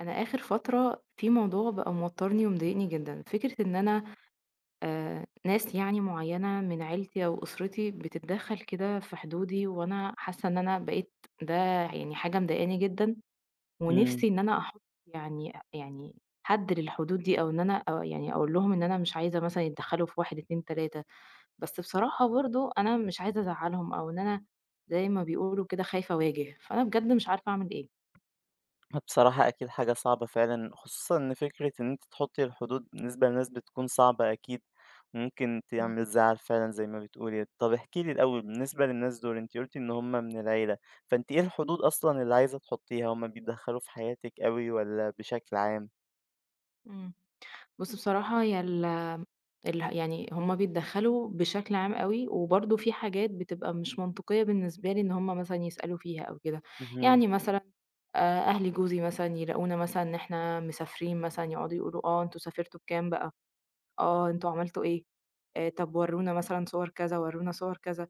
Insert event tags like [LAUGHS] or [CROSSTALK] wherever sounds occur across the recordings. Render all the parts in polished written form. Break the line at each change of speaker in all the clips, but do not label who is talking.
انا اخر فتره في موضوع بقى موترني ومضايقني جدا، فكره ان انا ناس يعني معينه من عيلتي او اسرتي بتتدخل كده في حدودي، وانا حاسه ان انا بقيت ده يعني حاجه مضايقاني جدا.
إمم،
ونفسي ان انا احط يعني حد للحدود دي، او ان انا أو يعني اقول لهم ان انا مش عايزه مثلا يتدخلوا في واحد اتنين تلاته. بس بصراحه برضو انا مش عايزه ازعلهم او ان انا زي ما بيقولوا كده خايفه اواجه، فانا بجد مش عارفه اعمل ايه.
بصراحة أكيد حاجة صعبة فعلًا، خصوصًا إن فكرة إن أنتِ تحطّي الحدود بالنسبة لناس بتكون صعبة أكيد، ممكن
مم.
تعمل زعل فعلًا زي ما بتقولي. طَب احكي لي الأول بالنسبة للناس دول، أنتِ قُلتِ إن هم من العيلة، فأنتِ إيه الحدود أصلًا اللي عايزة تحطّيها، هم بيتدخّلوا في حياتِك أوي والّا بشكل عام؟
مم. بص بصراحة هي ال يعني هم بيتدخّلوا بشكل عام أوي، وبرضه في حاجات بتبقى مش منطقية بالنسبة لي إن هم مثلًا يسألوا فيها أو كده.
اهم.
يعني مثلًا أهل جوزي مثلًا يلاقونا مثلًا إن إحنا مسافرين، مثلًا يقعدوا يقولوا: "آه أنتم سافرتوا بكام بقى؟ آه أنتم عملتوا إيه؟ طب ورونا مثلًا صور كذا، ورونا صور كذا."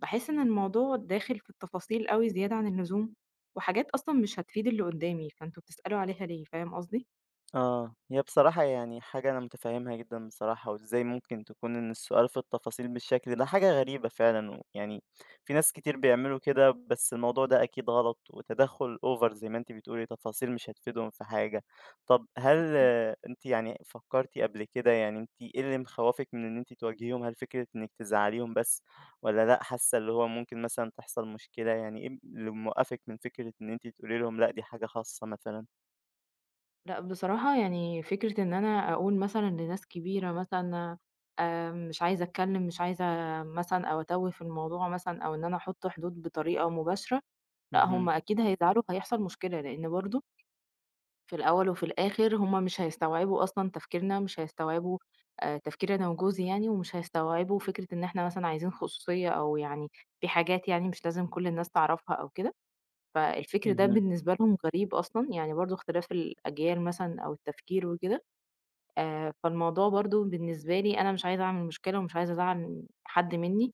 باحس إن الموضوع داخل في التفاصيل أوي زيادة عن اللزوم، وحاجات أصلًا مش هتفيد اللي قدّامي، فأنتم بتسألوا عليها ليه؟ فاهم قصدي؟
آه، هي بصراحة يعني حاجة أنا متفهمها جدًا بصراحة، وإزاي ممكن تكون إن السؤال في التفاصيل بالشكل ده حاجة غريبة فعلًا، ويعني في ناس كتير بيعملوا كده بس الموضوع ده أكيد غلط، وتدخُّل over زي ما أنتِ بتقولي، تفاصيل مش هتفيدهم في حاجة. طب هل آه، أنتِ يعني فكرتِ قبل كده يعني أنتِ إيه اللي مخوّفِك من إن أنتِ تواجهيهم؟ هل فكرة إنِك تزعّليهم بس والّا لأ، حاسة اللي هو ممكن مثلًا تحصل مشكلة؟ يعني إيه اللي موقّفِك من فكرة إن أنتِ تقولي لهم لأ، دي حاجة خاصة مثلًا؟
لأ بصراحة يعني فكرة إن أنا أقول مثلًا لناس كبيرة مثلًا مش عايزة أتكلم، مش عايزة مثلًا أو أتوه في الموضوع مثلًا أو إن أنا أحط حدود بطريقة مباشرة، لأ
اهم،
هم أكيد هيزعلوا وهيحصل مشكلة، لإن برضه في الأول وفي الآخر هم مش هيستوعبوا أصلًا تفكيرنا، مش هيستوعبوا تفكيري أنا وجوزي يعني، ومش هيستوعبوا فكرة إن إحنا مثلًا عايزين خصوصية أو يعني في حاجات يعني مش لازم كل الناس تعرفها أو كده. فالفكر ده
اهم.
بالنسبة لهم غريب أصلًا، يعني برضه اختلاف الأجيال مثلًا أو التفكير وكده. فالموضوع برضه بالنسبة لي أنا مش عايزة أعمل مشكلة ومش عايزة أزعّل حد منّي،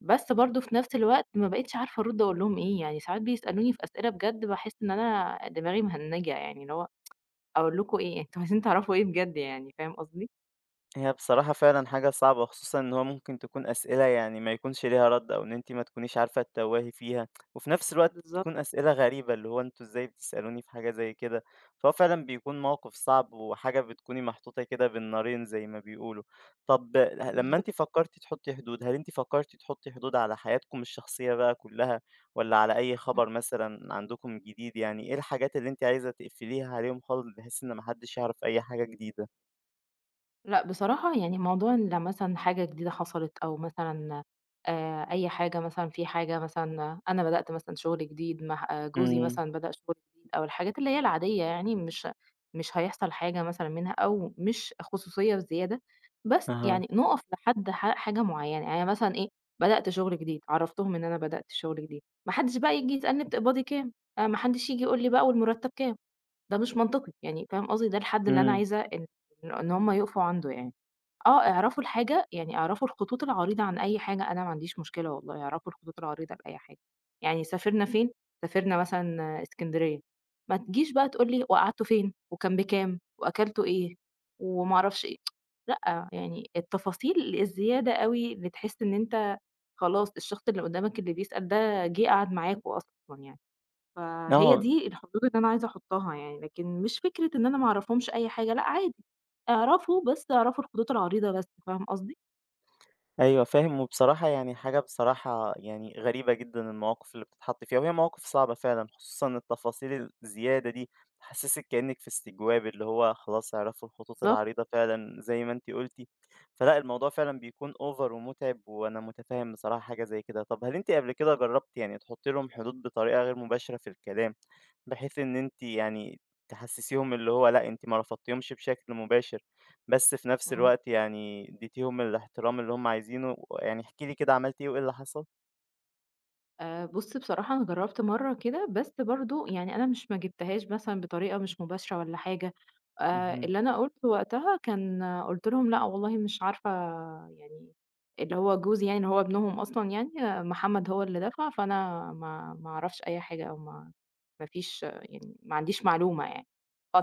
بس برضه في نفس الوقت ما بقيتش عارفة أرُد أقول لهم إيه. يعني ساعات بيسألوني في أسئلة بجد باحس إن أنا دماغي مهنّجة، يعني اللي هو أقول لكم إيه، [LAUGHS] أنتم عايزين تعرفوا إيه بجد يعني، فاهم قصدي؟
هي بصراحة فعلًا حاجة صعبة، خصوصًا إن هو ممكن تكون أسئلة يعني ما يكونش ليها رَد أو إن أنتِ ما تكونيش عارفة تتوّهي فيها، وفي نفس الوقت
بالضبط،
تكون أسئلة غريبة، اللي هو أنتم إزاي بتسألوني في حاجة زي كده؟ فهو فعلًا بيكون موقف صعب وحاجة بتكوني محطوطة كده بين نارين زي ما بيقولوا. طب لمّا
بالضبط.
أنتِ فكرتِ تحطّي حدود، هل أنتِ فكرتِ تحطّي حدود على حياتكم الشخصية بقى كلها والّا على أي
إمم.
خبر مثلًا عندكم جديد؟ يعني إيه الحاجات اللي أنتِ عايزة تقفليها عليهم خالص بحيث إن ما حدش يعرف أي حاجة جديدة؟
لأ بصراحة يعني موضوع إن لو مثلًا حاجة جديدة حصلت أو مثلًا أي حاجة، مثلًا في حاجة مثلًا أنا بدأت مثلًا شغل جديد مع جوزي
إمم،
مثلًا بدأ شغل جديد أو الحاجات اللي هي العادية، يعني مش هيحصل حاجة مثلًا منها أو مش خصوصية بزيادة. بس
أها.
يعني نُقف لحد حاجة معيّنة، يعني مثلًا إيه، بدأت شغل جديد، عرّفتهم إن أنا بدأت شغل جديد، ما حدش بقى ييجي يسألني بتقبضي كام، ما حدش ييجي يقول لي بقى والمرتب كام. ده مش منطقي، يعني فاهم قصدي، ده الحد اللي أنا
إمم،
عايزة إن هُم يُقفوا عنده يعني. آه، اعرفوا الحاجة يعني اعرفوا الخطوط العريضة عن أي حاجة، أنا ما عنديش مشكلة والله، اعرفوا الخطوط العريضة لأي حاجة. يعني سافرنا فين؟ سافرنا مثلًا إسكندرية، ما تجيش بقى تقول لي وقعدتوا فين، وكان بكام، وأكلتوا إيه، وما أعرفش إيه، لأ، يعني التفاصيل الزيادة أوي اللي تحس إن أنت خلاص الشخص اللي قدامك اللي بيسأل ده جِه قعد معاكم أصلًا يعني. فهي
آه،
دي الحدود اللي أنا عايزة أحطّها يعني، لكن مش فكرة إن أنا ما أعرفهمش أي حاجة، لأ عادي، اعرفوا بس اعرفوا الخطوط العريضة بس، فاهم قصدي؟
أيوه فاهم، وبصراحة يعني حاجة بصراحة يعني غريبة جدًا المواقف اللي بتتحط فيها، وهي مواقف صعبة فعلًا، خصوصًا التفاصيل الزيادة دي تحسسِك كأنِك في استجواب، اللي هو خلاص اعرفوا الخطوط
بالضبط.
العريضة فعلًا زي ما أنتِ قلتِ، فلأ الموضوع فعلًا بيكون over ومُتعب، وأنا متفهم بصراحة حاجة زي كده. طب هل أنتِ قبل كده جربتِ يعني تحطي لهم حدود بطريقة غير مباشرة في الكلام، بحيث إن أنتِ يعني تحسسيهم اللي هو لأ أنتِ ما رفضتيهمش بشكل مباشر؟ بس في نفس
إمم.
الوقت يعني اديتيهم الاحترام اللي هم عايزينه، يعني احكِ لي كده عملتِ إيه وإيه اللي حصل؟
بُص بصراحة أنا جرّبت مرّة كده، بس برضه يعني أنا مش ما جِبتهاش مثلًا بطريقة مش مباشرة والّا حاجة.
اهم،
اللي أنا قُلته وقتها كان قُلت لهم: "لأ والله مش عارفة"، يعني اللي هو جوزي يعني اللي هو ابنهم أصلًا يعني، آه، محمد هو اللي دفع، فأنا ما أعرفش أي حاجة أو ما فيش يعني ما عنديش معلومة يعني.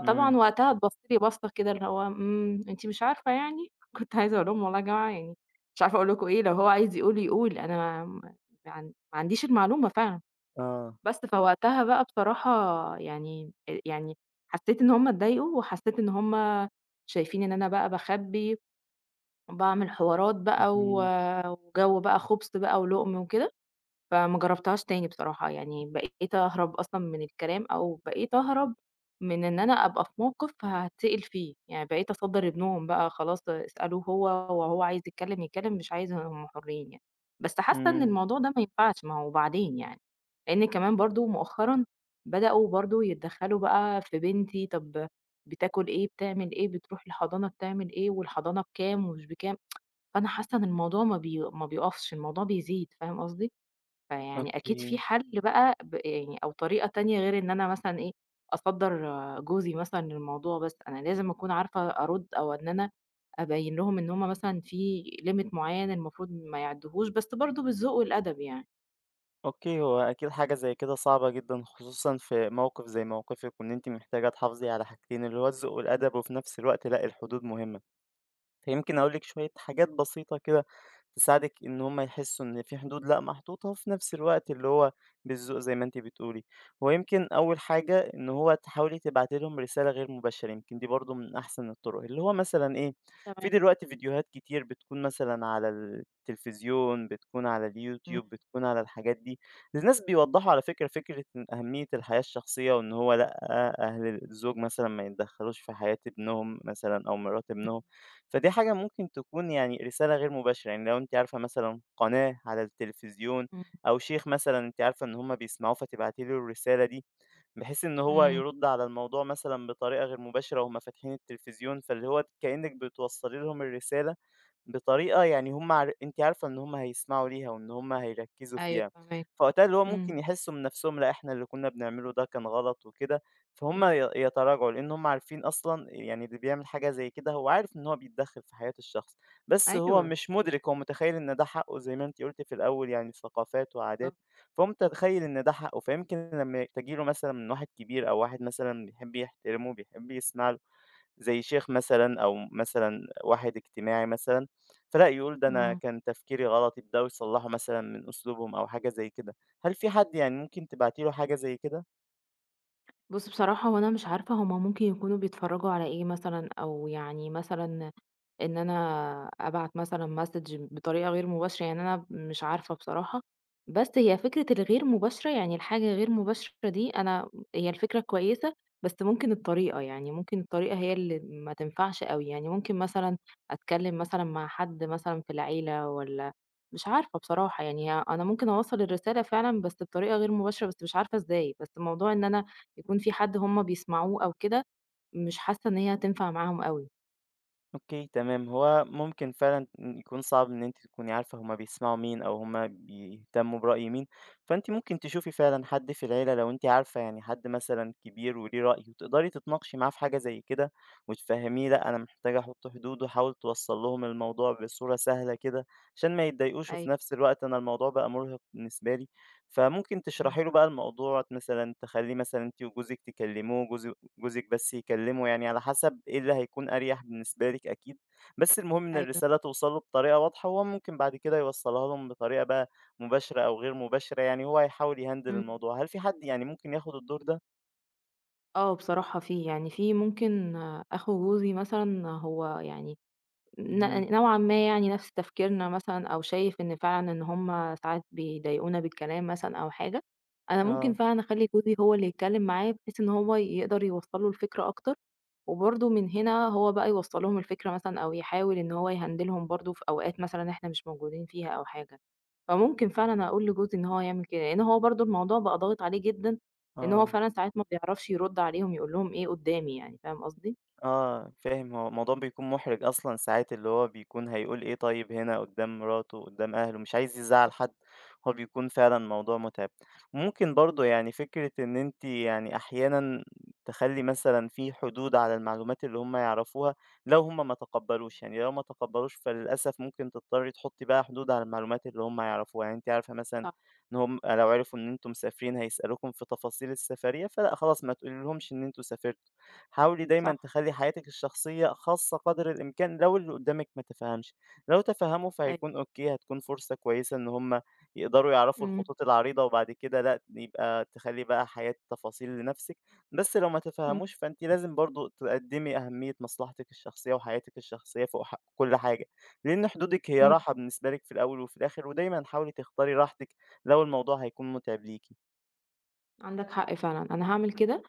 إمم،
وقتها اتبصّ لي بصّة كده اللي هو إمم، أنتِ مش عارفة يعني؟ [LAUGHS] كنت عايزة أقول لهم: "والله يا جماعة يعني مش عارفة أقول لكم إيه، لو هو عايز يقول يقول، أنا م عن" ما عنديش المعلومة فعلًا.
آه.
بس فوقتها بقى بصراحة يعني حسّيت إن هُم اتضايقوا، وحسّيت إن هُم شايفين إن أنا بقى باخبّي وباعمل حوارات بقى و
اهم،
وجَو بقى خُبْص بقى ولُقْم وكده. فما جرّبتهاش تاني بصراحة، يعني بقيت أهرب أصلًا من الكلام أو بقيت أهرب من إن أنا أبقى في موقف هاتسأل فيه. يعني بقيت أصدّر ابنهم بقى خلاص اسألوه هو، وهو عايز يتكلّم يتكلّم، مش عايز هم حُرّين يعني. بس حاسّة إن
إمم،
الموضوع ده ما ينفعش، ما هو بعدين يعني، لإن كمان برضه مؤخرًا بدأوا برضه يتدخّلوا بقى في بنتي، طَب بتاكل إيه، بتعمل إيه، بتروح الحضانة بتعمل إيه، والحضانة بكام ومش بكام. فأنا حاسّة إن الموضوع ما بيقفش، الموضوع بيزيد، فاهم قصدي؟ فيعني أكيد في
أوكي.
حل بقى يعني أو طريقة تانية غير إن أنا مثلًا إيه، أصدّر جوزي مثلًا للموضوع بس، أنا لازم أكون عارفة أرُد أو إن أنا أبيّن لهم إن هم مثلًا في limit معيّن المفروض ما يعدّوهوش، بس برضه بالذوق والأدب يعني.
أوكي، هو أكيد حاجة زي كده صعبة جدًا، خصوصًا في موقف زي موقفِك، وإن أنتِ محتاجة تحافظي على حاجتين، اللي هو الذوق والأدب، وفي نفس الوقت لأ، الحدود مهمة. فيمكن أقول لِك شوية حاجات بسيطة كده تساعدِك إن هم يحسّوا إن في حدود لأ محطوطة، وفي نفس الوقت اللي هو بالذوق زي ما أنتِ بتقولي. هو يمكن أول حاجة إن هو تحاولي تبعتي لهم رسالة غير مباشرة، يمكن دي برضه من أحسن الطرق، اللي هو مثلًا إيه، في
تمام.
دلوقتي فيديوهات كتير بتكون مثلًا على التلفزيون، بتكون على
إمم،
اليوتيوب، بتكون على الحاجات دي، الناس بيوضّحوا على فكرة إن أهمية الحياة الشخصية، وإن هو لأ أهل الزوج مثلًا ما يتدخّلوش في حياة ابنهم مثلًا أو مرات
إمم،
ابنهم. فدي حاجة ممكن تكون يعني رسالة غير مباشرة، يعني لو أنتِ عارفة مثلًا قناة على التلفزيون
إمم،
أو شيخ مثلًا أنتِ عارفة إن هُم بيسمعوه فتبعتي له الرسالة دي، بحيث إن هو
إمم.
يرد على الموضوع مثلًا بطريقة غير مباشرة وهُم فاتحين التلفزيون، فاللي هو كأنِّك بتوصّلي لهم الرسالة بطريقة يعني هم أنتِ عارفة إن هم هيسمعوا ليها وإن هم هيركّزوا
أيوه
فيها،
فاهماك.
فوقتها اللي هو ممكن
إمم،
يحسّوا من نَفْسهم لأ إحنا اللي كُنّا بنعمله ده كان غلط وكده، فهُم
إمم.
يتراجعوا لإن هم عارفين أصلًا يعني اللي بيعمل حاجة زي كده هو عارف إن هو بيتدخّل في حياة الشخص، بس هو
أيوه،
مش مُدرك هو متخيّل إن ده حقّه زي ما أنتِ قُلتِ في الأول يعني ثقافات وعادات،
بالضبط.
فهو متخيّل إن ده حقّه، فيمكن لمّا تيجي له مثلًا من واحد كبير أو واحد مثلًا بيحب يحترمه، بيحب يسمع له، زي شيخ مثلًا أو مثلًا واحد اجتماعي مثلًا، فلأ يقول ده أنا
إمم.
كان تفكيري غلط، يبدأوا يصلّحوا مثلًا من أسلوبهم أو حاجة زي كده. هل في حد يعني ممكن تبعتي له حاجة زي كده؟
بُص بصراحة هو أنا مش عارفة هُم ممكن يكونوا بيتفرّجوا على إيه مثلًا، أو يعني مثلًا إن أنا أبعت مثلًا message بطريقة غير مباشرة، يعني أنا مش عارفة بصراحة. بس هي فكرة الغير مباشرة، يعني الحاجة غير مباشرة دي أنا هي الفكرة كويسة، بس ممكن الطريقة، يعني ممكن الطريقة هي اللي ما تنفعش أوي، يعني ممكن مثلًا أتكلّم مثلًا مع حد مثلًا في العيلة والّا مش عارفة بصراحة. يعني أنا ممكن أوصّل الرسالة فعلًا بس بطريقة غير مباشرة، بس مش عارفة إزاي، بس موضوع إن أنا يكون في حد هم بيسمعوه أو كده، مش حاسة إن هي هتنفع معاهم أوي.
أوكي تمام، هو ممكن فعلًا يكون صعب إن أنتِ تكوني عارفة هُم بيسمعوا مين أو هُم بيهتموا برأي مين، فأنتِ ممكن تشوفي فعلًا حد في العيلة لو أنتِ عارفة يعني حد مثلًا كبير وليه رأي وتقدري تتناقشي معاه في حاجة
إمم.
زي كده وتفهميه لأ، أنا محتاجة أحط حدود وأحاول توصّل لهم الموضوع بصورة سهلة كده عشان ما يتضايقوش وفي
أيوه.
نفس الوقت أنا الموضوع بقى مُرهق بالنسبة لي، فممكن
إمم.
تشرحي له بقى الموضوع مثلًا تخلّيه مثلًا أنتِ وجوزِك تكلموه، جوزِك بس يكلّمه، يعني على حسب إيه اللي هيكون أريح بالنسبة لِك أكيد، بس المهم إن
أيوه.
الرسالة توصل له بطريقة واضحة، وهو ممكن بعد كده يوصّلها لهم بطريقة بقى مباشرة أو غير مباشرة، يعني هو هيحاول يهندل
إمم.
الموضوع. هل في حد يعني ممكن ياخد الدور ده؟
آه، بصراحة في، يعني في ممكن أخو جوزي مثلًا هو يعني
اهم،
نوعًا ما يعني نفس تفكيرنا مثلًا أو شايف إن فعلًا إن هم ساعات بيضايقونا بالكلام مثلًا أو حاجة. أنا ممكن
آه،
فعلًا أخلّي جوزي هو اللي يتكلم معاه بحيث إن هو يقدر يوصّل له الفكرة أكتر، وبرضه من هنا هو بقى يوصّل لهم الفكرة مثلًا أو يحاول إن هو يهندلهم برضه في أوقات مثلًا إحنا مش موجودين فيها أو حاجة. فممكن فعلًا أقول لجوزي إن هو يعمل كده، لإن هو برضه الموضوع بقى ضاغط عليه جدًا، لإن هو
آه.
فعلًا ساعات ما بيعرفش يرُد عليهم يقول لهم إيه قدّامي يعني، فاهم قصدي؟
آه، فاهم، هو الموضوع بيكون مُحرِج أصلًا ساعات، اللي هو بيكون هيقول إيه طيب هنا قُدّام مراته، قُدّام أهله، مش عايز يزعّل
بالضبط،
حد، هو بيكون فعلًا موضوع مُتعِب. ممكن برضه يعني فكرة إن أنتِ يعني أحيانًا تخلّي مثلًا في حدود على المعلومات اللي هم يعرفوها، لو هم ما تقبّلوش، يعني لو ما تقبّلوش فللأسف ممكن تضطرّي تحُطّي بقى حدود على المعلومات اللي هم يعرفوها، يعني أنتِ عارفة مثلًا
صح،
إن هم لو عرفوا إن أنتم مسافرين هيسألوكم في تفاصيل السفرية، فلأ خلاص ما تقوليلهمش إن أنتم سافرتوا. حاولي دايما
صح،
تخلي حياتك الشخصية خاصة قدر الإمكان لو اللي قدامك ما تفهمش. لو تفهموا
أيوه،
فهيكون أوكي، هتكون فرصة كويسة إن هما يقدروا يعرفوا
إمم،
الخطوط العريضة وبعد كده لأ يبقى تخلي بقى حياة تفاصيل لنفسك، بس لو ما تفهموش
إمم.
فأنت لازم برضو تقدمي أهمية مصلحتك الشخصية وحياتك الشخصية فوق كل حاجة، لأن حدودك هي
إمم،
راحة بالنسبة لك في الأول وفي الآخر، ودايما حاولي تختاري راحتك لو الموضوع هيكون متعب ليكي.
عندك حق فعلًا، أنا هاعمل كده،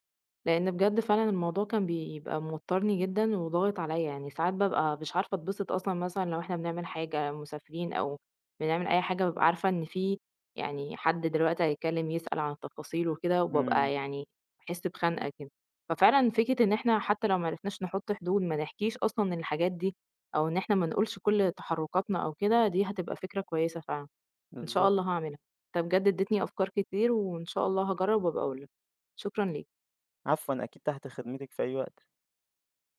لإن بجد فعلًا الموضوع كان بيبقى موتّرني جدًا وضاغط عليَّ، يعني ساعات بابقى مش عارفة أتبسط أصلًا مثلًا لو إحنا بنعمل حاجة مسافرين أو بنعمل أي حاجة بابقى عارفة إن في يعني حد دلوقتي هيتكلم يسأل عن التفاصيل وكده، وبابقى
امم.
يعني باحس بخنقة كده. ففعلًا فكرة إن إحنا حتى لو ما عرفناش نحط حدود، ما نحكيش أصلًا الحاجات دي، أو إن إحنا ما نقولش كل تحركاتنا أو كده، دي هتبقى فكرة كويسة فعلًا. إن شاء
بالظبط.
الله هاعملها. أنت بجد اديتني أفكار كتير وإن شاء الله هاجرّب وأبقى أقول لك. شكرًا ليك.
عفوا، أكيد تحت خدمتك في أي وقت.